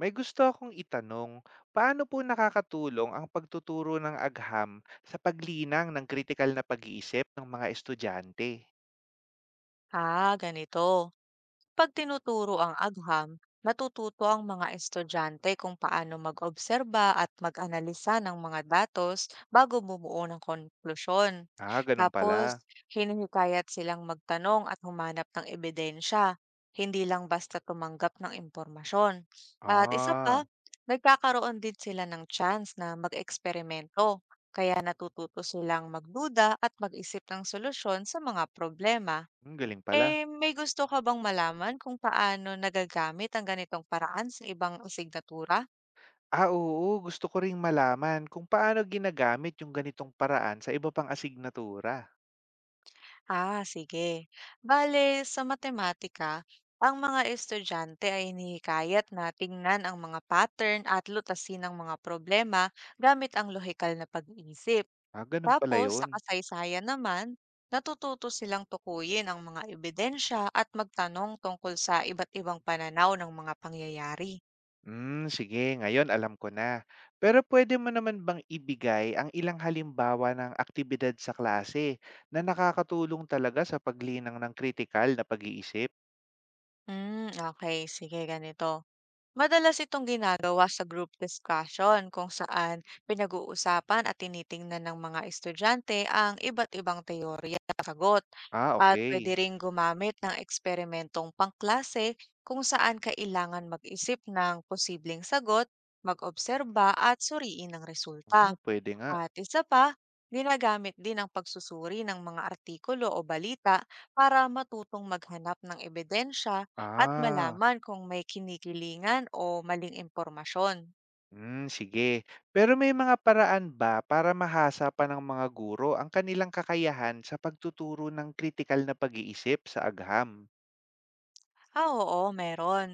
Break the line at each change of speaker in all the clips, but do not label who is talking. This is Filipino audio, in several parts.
May gusto akong itanong, paano po nakakatulong ang pagtuturo ng agham sa paglinang ng kritikal na pag-iisip ng mga estudyante?
Ah, ganito. Pag tinuturo ang agham, natututo ang mga estudyante kung paano mag-obserba at mag-analisa ng mga datos bago bumuo ng konklusyon.
Ah, ganun pala.
Tapos, hinihikayat silang magtanong at humanap ng ebidensya, hindi lang basta tumanggap ng impormasyon. At isa pa,
Ah,
nagkakaroon din sila ng chance na mag-eksperimento, kaya natututo silang magduda at mag-isip ng solusyon sa mga problema.
ang galing pala.
Eh, may gusto ka bang malaman kung paano nagagamit ang ganitong paraan sa ibang asignatura?
Ah, oo, gusto ko ring malaman kung paano ginagamit yung ganitong paraan sa iba pang asignatura.
Ah, sige. Bale, sa matematika, ang mga estudyante ay hinihikayat na tingnan ang mga pattern at lutasin ang mga problema gamit ang lohikal na pag-iisip.
Ah, ganun pala
Tapos, sa
yun.
kasaysayan naman, natututo silang tukuyin ang mga ebidensya at magtanong tungkol sa iba't ibang pananaw ng mga pangyayari.
Hmm, sige, ngayon alam ko na. Pero pwede mo naman bang ibigay ang ilang halimbawa ng aktibidad sa klase na nakakatulong talaga sa paglinang ng kritikal na pag-iisip?
Hmm, okay, sige, ganito. Madalas itong ginagawa sa group discussion kung saan pinag-uusapan at tinitingnan ng mga estudyante ang iba't ibang teorya at sagot.
Ah,
At
okay.
pwede ring gumamit ng eksperimentong pangklase kung saan kailangan mag-isip ng posibleng sagot, mag-obserba at suriin ang resulta.
Oo, pwede nga.
At isa pa, ginagamit din ang pagsusuri ng mga artikulo o balita para matutong maghanap ng ebidensya at
Ah,
malaman kung may kinikilingan o maling impormasyon.
hmm, sige. Pero may mga paraan ba para mahasa pa ng mga guro ang kanilang kakayahan sa pagtuturo ng kritikal na pag-iisip sa agham?
Ah, oo, meron.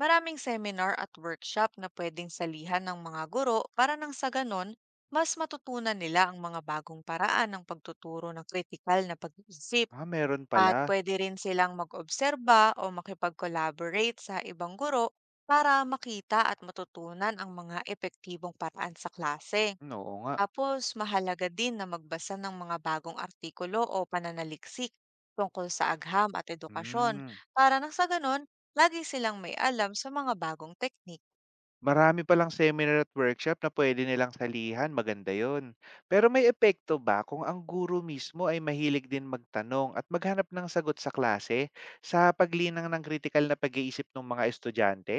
Maraming seminar at workshop na pwedeng salihan ng mga guro para nang sa ganon, mas matutunan nila ang mga bagong paraan ng pagtuturo ng kritikal na pag-iisip.
Ah, meron
At
pala.
puwede rin silang mag-obserba o makipag-collaborate sa ibang guro para makita at matutunan ang mga epektibong paraan sa klase.
Hmm, oo nga.
Tapos, mahalaga din na magbasa ng mga bagong artikulo o pananaliksik tungkol sa agham at edukasyon
Hmm.
para nang sa ganun, lagi silang may alam sa mga bagong teknik.
Marami palang seminar at workshop na pwede nilang salihan, maganda 'yon. Pero may epekto ba kung ang guro mismo ay mahilig din magtanong at maghanap ng sagot sa klase sa paglinang ng kritikal na pag-iisip ng mga estudyante?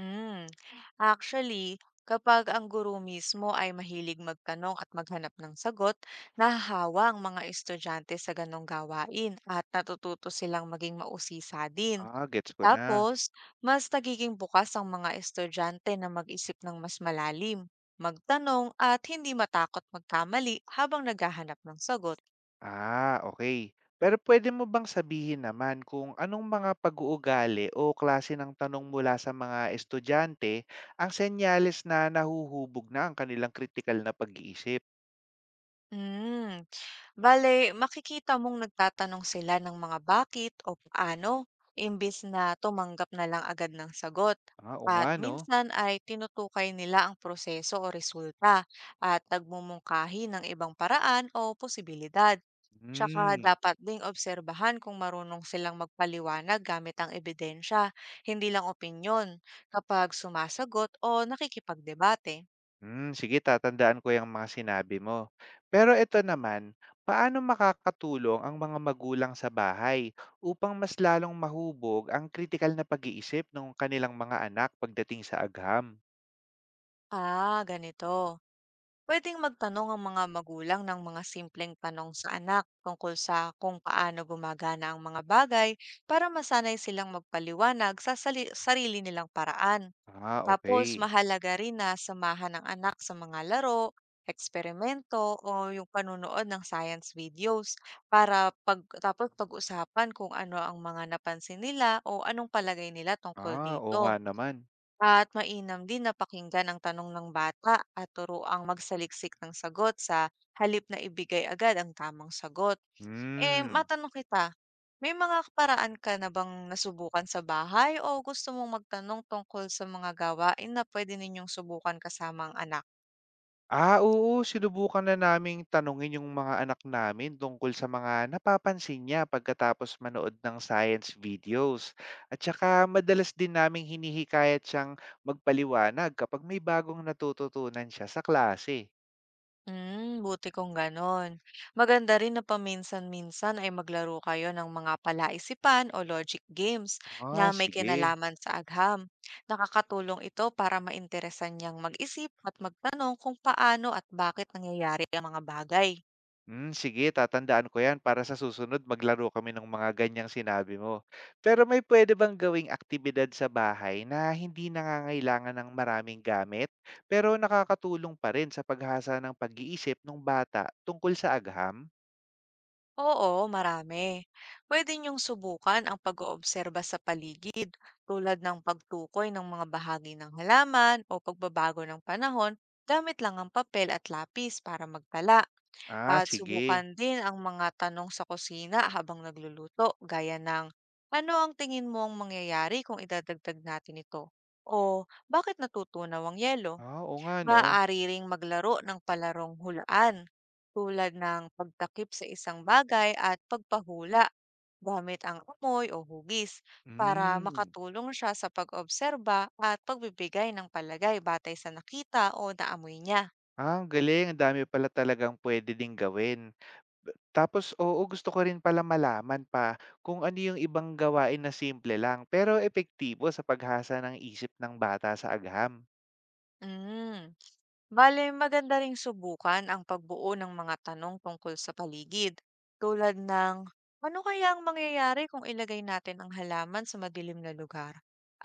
Hmm. Actually, kapag ang guro mismo ay mahilig magtanong at maghanap ng sagot, nahahawa ang mga estudyante sa ganong gawain at natututo silang maging mausisa din.
Ah, gets ko na.
Tapos, mas nagiging bukas ang mga estudyante na mag-isip ng mas malalim, magtanong at hindi matakot magkamali habang naghahanap ng sagot.
Ah, okay. Pero pwede mo bang sabihin naman kung anong mga pag-uugali o klase ng tanong mula sa mga estudyante ang senyales na nahuhubog na ang kanilang kritikal na pag-iisip?
Hmm. Bale, makikita mong nagtatanong sila ng mga bakit o paano, imbis na tumanggap na lang agad ng sagot.
Ah, o
At
nga 'no.
minsan ay tinutukay nila ang proseso o resulta at nagmumungkahi ng ibang paraan o posibilidad. Tsaka
Hmm.
dapat ding obserbahan kung marunong silang magpaliwanag gamit ang ebidensya, hindi lang opinyon, kapag sumasagot o nakikipagdebate.
Hmm, sige, tatandaan ko yung mga sinabi mo. Pero ito naman, paano makakatulong ang mga magulang sa bahay upang mas lalong mahubog ang kritikal na pag-iisip ng kanilang mga anak pagdating sa agham?
Ah, ganito. Puwedeng magtanong ang mga magulang ng mga simpleng tanong sa anak tungkol sa kung paano gumagana ang mga bagay para masanay silang magpaliwanag sa sarili nilang paraan.
Ah,
Tapos
okay.
mahalaga rin na samahan ng anak sa mga laro, eksperimento o yung panunood ng science videos para pag tapos pag-usapan kung ano ang mga napansin nila o anong palagay nila tungkol
Ah, oo nga
dito.
naman.
At mainam din na pakinggan ang tanong ng bata at turuang magsaliksik ng sagot sa halip na ibigay agad ang tamang sagot. Eh,
Hmm.
matanong kita, may mga paraan ka na bang nasubukan sa bahay o gusto mong magtanong tungkol sa mga gawain na pwede ninyong subukan kasama ang anak?
Ah, oo, sinubukan na naming tanungin yung mga anak namin tungkol sa mga napapansin niya pagkatapos manood ng science videos. At saka madalas din naming hinihikayat siyang magpaliwanag kapag may bagong natututunan siya sa klase.
Hmm, buti kong gano'n. Maganda rin na paminsan-minsan ay maglaro kayo ng mga palaisipan o logic games na
Ah,
may
sige.
kinalaman sa agham. Nakakatulong ito para mainteresan niyang mag-isip at magtanong kung paano at bakit nangyayari ang mga bagay.
Hmm, sige, tatandaan ko 'yan para sa susunod maglaro kami ng mga ganiyang sinabi mo. Pero may pwede bang gawing aktibidad sa bahay na hindi nangangailangan ng maraming gamit, pero nakakatulong pa rin sa paghasa ng pag-iisip ng bata tungkol sa agham?
Oo, marami. Pwede niyong subukan ang pag-oobserba sa paligid, tulad ng pagtukoy ng mga bahagi ng halaman o pagbabago ng panahon gamit lang ang papel at lapis para magtala.
Ah,
At
sige.
subukan din ang mga tanong sa kusina habang nagluluto, gaya ng, ano ang tingin mong mangyayari kung idadagdag natin ito? O bakit natutunaw ang yelo?
Ah, oo nga 'no.
Maaari ring maglaro ng palarong hulaan, tulad ng pagtakip sa isang bagay at pagpahula gamit ang amoy o hugis para
Hmm.
makatulong siya sa pag-obserba at pagbibigay ng palagay batay sa nakita o naamoy niya.
Ah, ang galing, ang dami pala talagang pwede ding gawin. Tapos, oo, gusto ko rin pala malaman pa kung ano yung ibang gawain na simple lang pero epektibo sa paghasa ng isip ng bata sa agham.
Mm. Bale, maganda ring subukan ang pagbuo ng mga tanong tungkol sa paligid, tulad ng ano kaya ang mangyayari kung ilagay natin ang halaman sa madilim na lugar?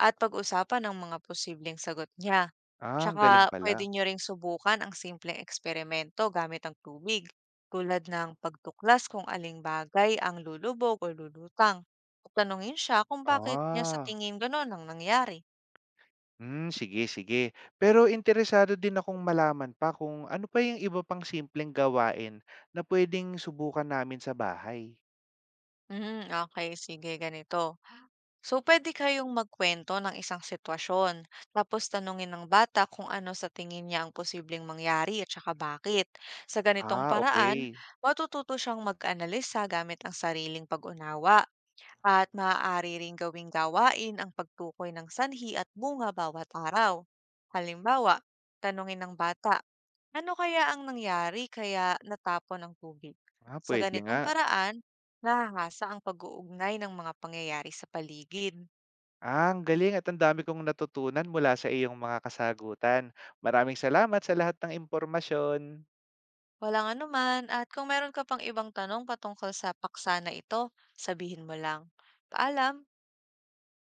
At pag-usapan ang mga posibleng sagot niya.
Ah, ang galing
Tsaka
pala.
pwede nyo ring subukan ang simpleng eksperimento gamit ang tubig, tulad ng pagtuklas kung aling bagay ang lulubog o lulutang. At tanungin siya kung bakit niya sa
Ah,
tingin gano'n ang nangyari.
hmm, sige, sige. Pero interesado din akong malaman pa kung ano pa yung iba pang simpleng gawain na pwedeng subukan namin sa bahay.
Hmm, okay, sige, ganito. So, pwede kayong magkwento ng isang sitwasyon, tapos tanungin ng bata kung ano sa tingin niya ang posibleng mangyari at saka bakit. Sa ganitong
Ah,
paraan,
okay.
matututo siyang mag-analisa gamit ang sariling pag-unawa at maaari ring gawing gawain ang pagtukoy ng sanhi at bunga bawat araw. Halimbawa, tanungin ng bata, ano kaya ang nangyari kaya natapon ang tubig?
Ah,
Sa
pwede
ganitong
nga.
paraan, nahahasa ang pag-uugnay ng mga pangyayari sa paligid.
Ah, ang galing at ang dami kong natutunan mula sa iyong mga kasagutan. Maraming salamat sa lahat ng impormasyon.
Walang anuman at kung meron ka pang ibang tanong patungkol sa paksa na ito, sabihin mo lang. Paalam!